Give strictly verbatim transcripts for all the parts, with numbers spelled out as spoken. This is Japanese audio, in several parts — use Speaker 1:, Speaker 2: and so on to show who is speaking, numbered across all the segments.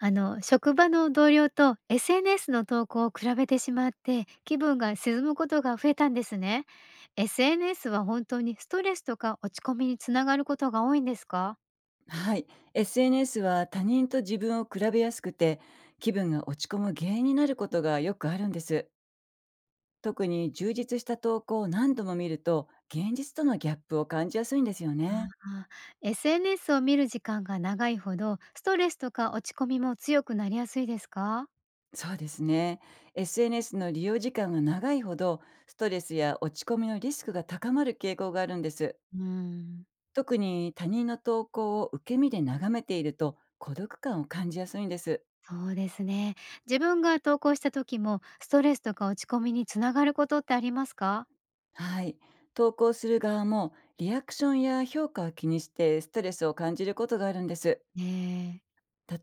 Speaker 1: あの職場の同僚と エスエヌエス の投稿を比べてしまって気分が沈むことが増えたんですね。エスエヌエス は本当にストレスとか落ち込みにつながることが多いんですか
Speaker 2: はい、エスエヌエス は他人と自分を比べやすくて気分が落ち込む原因になることがよくあるんです。特に充実した投稿を何度も見ると現実とのギャップを感じやすいんですよね。
Speaker 1: あ？ エスエヌエス を見る時間が長いほどストレスとか落ち込みも強くなりやすいですか？
Speaker 2: そうですね。エスエヌエス の利用時間が長いほどストレスや落ち込みのリスクが高まる傾向があるんです。
Speaker 1: うーん。
Speaker 2: 特に他人の投稿を受け身で眺めていると孤独感を感じやすいんです。
Speaker 1: そうですね。自分が投稿した時もストレスとか落ち込みにつながることってありますか？
Speaker 2: はい。投稿する側もリアクションや評価を気にしてストレスを感じることがあるんです。
Speaker 1: ねえ。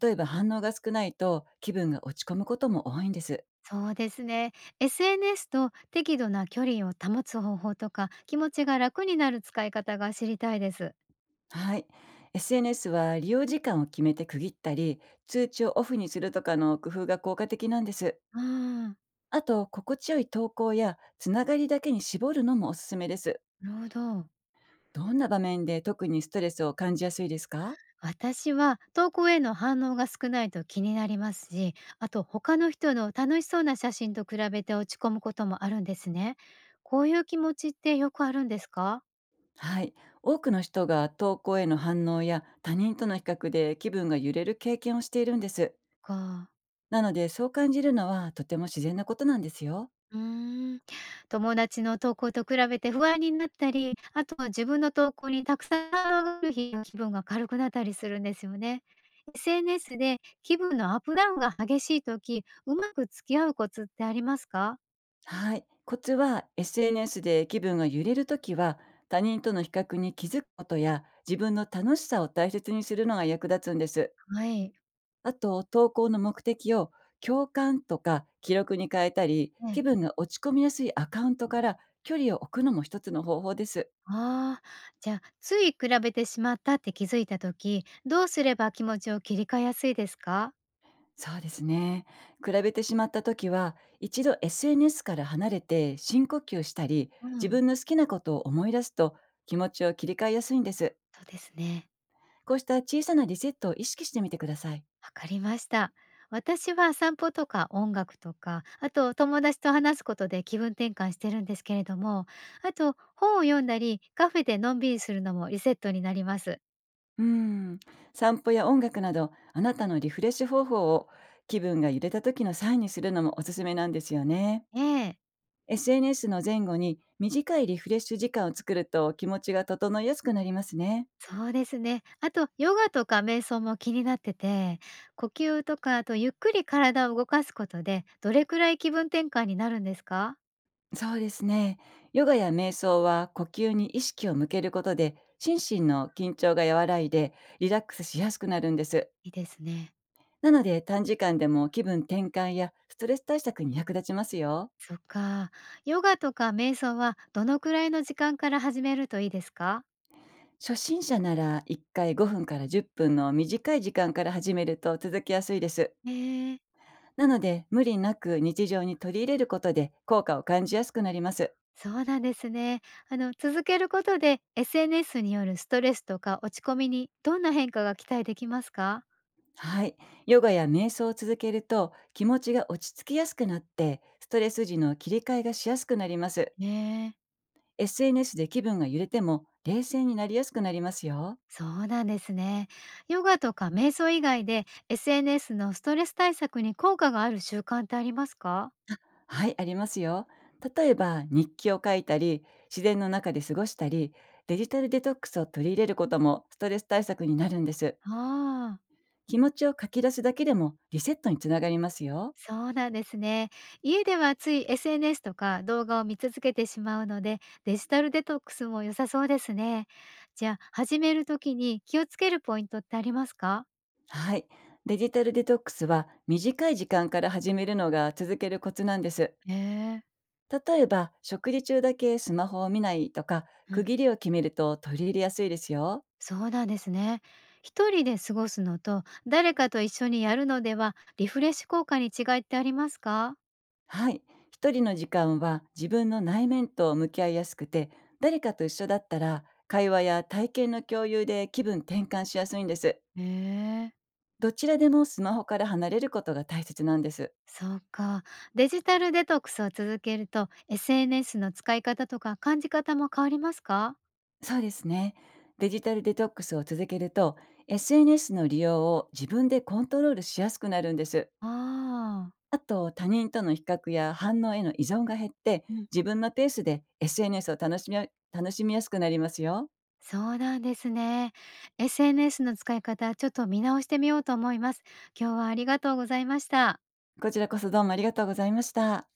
Speaker 2: 例えば反応が少ないと気分が落ち込むことも多いんです。
Speaker 1: そうですね。エスエヌエス と適度な距離を保つ方法とか、気持ちが楽になる使い方が知りたいです。
Speaker 2: はい。エスエヌエス は利用時間を決めて区切ったり、通知をオフにするとかの工夫が効果的なんです。
Speaker 1: ああ、
Speaker 2: あと、心地よい投稿やつながりだけに絞るのもおすすめです。
Speaker 1: なるほど。
Speaker 2: どんな場面で特にストレスを感じやすいですか？
Speaker 1: 私は投稿への反応が少ないと気になりますし、あと他の人の楽しそうな写真と比べて落ち込むこともあるんですね。こういう気持ちってよくあるんですか
Speaker 2: はい。多くの人が投稿への反応や他人との比較で気分が揺れる経験をしているんです。
Speaker 1: か
Speaker 2: なので、そう感じるのはとても自然なことなんですよ。
Speaker 1: うーん。友達の投稿と比べて不安になったり、あとは自分の投稿にたくさん上がる日の気分が軽くなったりするんですよね。エスエヌエス で気分のアップダウンが激しい時、うまく付き合うコツってありますか？
Speaker 2: はい。コツは エスエヌエス で気分が揺れるときは、他人との比較に気づくことや自分の楽しさを大切にするのが役立つんです。
Speaker 1: はい。
Speaker 2: あと、投稿の目的を共感とか記録に変えたり、
Speaker 1: ね、
Speaker 2: 気分が落ち込みやすいアカウントから距離を置くのも一つの方法です。
Speaker 1: ああ、じゃあ、つい比べてしまったって気づいた時、どうすれば気持ちを切り替えやすいですか？
Speaker 2: そうですね。比べてしまった時は、一度 エスエヌエス から離れて深呼吸したり、
Speaker 1: う
Speaker 2: 自
Speaker 1: ん。
Speaker 2: 分の好きなことを思い出すと気持ちを切り替えやすいんです。
Speaker 1: そうですね。
Speaker 2: こうした小さなリセットを意識してみてください。
Speaker 1: わかりました。私は散歩とか音楽とか、あと友達と話すことで気分転換してるんですけれども、あと本を読んだり、カフェでのんびりするのもリセットになります。
Speaker 2: うーん。散歩や音楽など、あなたのリフレッシュ方法を気分が揺れた時のサインにするのもおすすめなんですよね。
Speaker 1: ええ、
Speaker 2: エスエヌエス の前後に短いリフレッシュ時間を作ると気持ちが整いやすくなりますね。
Speaker 1: そうですね。あとヨガとか瞑想も気になってて、呼吸とかあとゆっくり体を動かすことで、どれくらい気分転換になるんですか？
Speaker 2: そうですね。ヨガや瞑想は呼吸に意識を向けることで心身の緊張が和らいでリラックスしやすくなるんです。
Speaker 1: いいですね。
Speaker 2: なので、短時間でも気分転換やストレス対策に役立ちますよ。
Speaker 1: そっか。ヨガとか瞑想はどのくらいの時間から始めるといいですか？
Speaker 2: 初心者ならいっかいごふんからじゅっぷんの短い時間から始めると続きやすいです。
Speaker 1: ええ。
Speaker 2: なので、無理なく日常に取り入れることで効果を感じやすくなります。
Speaker 1: そうなんですね。あの、続けることで エスエヌエス によるストレスとか落ち込みにどんな変化が期待できますか？
Speaker 2: はい。ヨガや瞑想を続けると気持ちが落ち着きやすくなって、ストレス時の切り替えがしやすくなります。
Speaker 1: ねえ。
Speaker 2: エスエヌエス で気分が揺れても冷静になりやすくなりますよ。
Speaker 1: そうなんですね。ヨガとか瞑想以外で エスエヌエス のストレス対策に効果がある習慣ってありますか？
Speaker 2: はい、ありますよ。例えば、日記を書いたり、自然の中で過ごしたり、デジタルデトックスを取り入れることもストレス対策になるんです。
Speaker 1: ああ。
Speaker 2: 気持ちを書き出すだけでもリセットにつながりますよ。
Speaker 1: そうなんですね。家ではつい エスエヌエス とか動画を見続けてしまうので、デジタルデトックスも良さそうですね。じゃあ、始めるときに気をつけるポイントってありますか？
Speaker 2: はい。デジタルデトックスは短い時間から始めるのが続けるコツなんです。
Speaker 1: ええ。
Speaker 2: 例えば、食事中だけスマホを見ないとか、
Speaker 1: う
Speaker 2: 区
Speaker 1: ん。
Speaker 2: 切りを決めると取り入れやすいですよ。
Speaker 1: そうなんですね。一人で過ごすのと誰かと一緒にやるのではリフレッシュ効果に違いってありますか？
Speaker 2: はい。一人の時間は自分の内面と向き合いやすくて、誰かと一緒だったら、会話や体験の共有で気分転換しやすいんです。
Speaker 1: へえ。
Speaker 2: どちらでもスマホから離れることが大切なんです。
Speaker 1: そうか。デジタルデトックスを続けると エスエヌエス の使い方とか感じ方も変わりますか？
Speaker 2: そうですね。デジタルデトックスを続けると、エスエヌエス の利用を自分でコントロールしやすくなるんです。
Speaker 1: ああ。
Speaker 2: あと、他人との比較や反応への依存が減って、
Speaker 1: うん。
Speaker 2: 自分のペースで エスエヌエス を楽しみや楽しみやすくなりますよ。
Speaker 1: そうなんですね。エスエヌエス の使い方ちょっと見直してみようと思います。今日はありがとうございました。
Speaker 2: こちらこそどうもありがとうございました。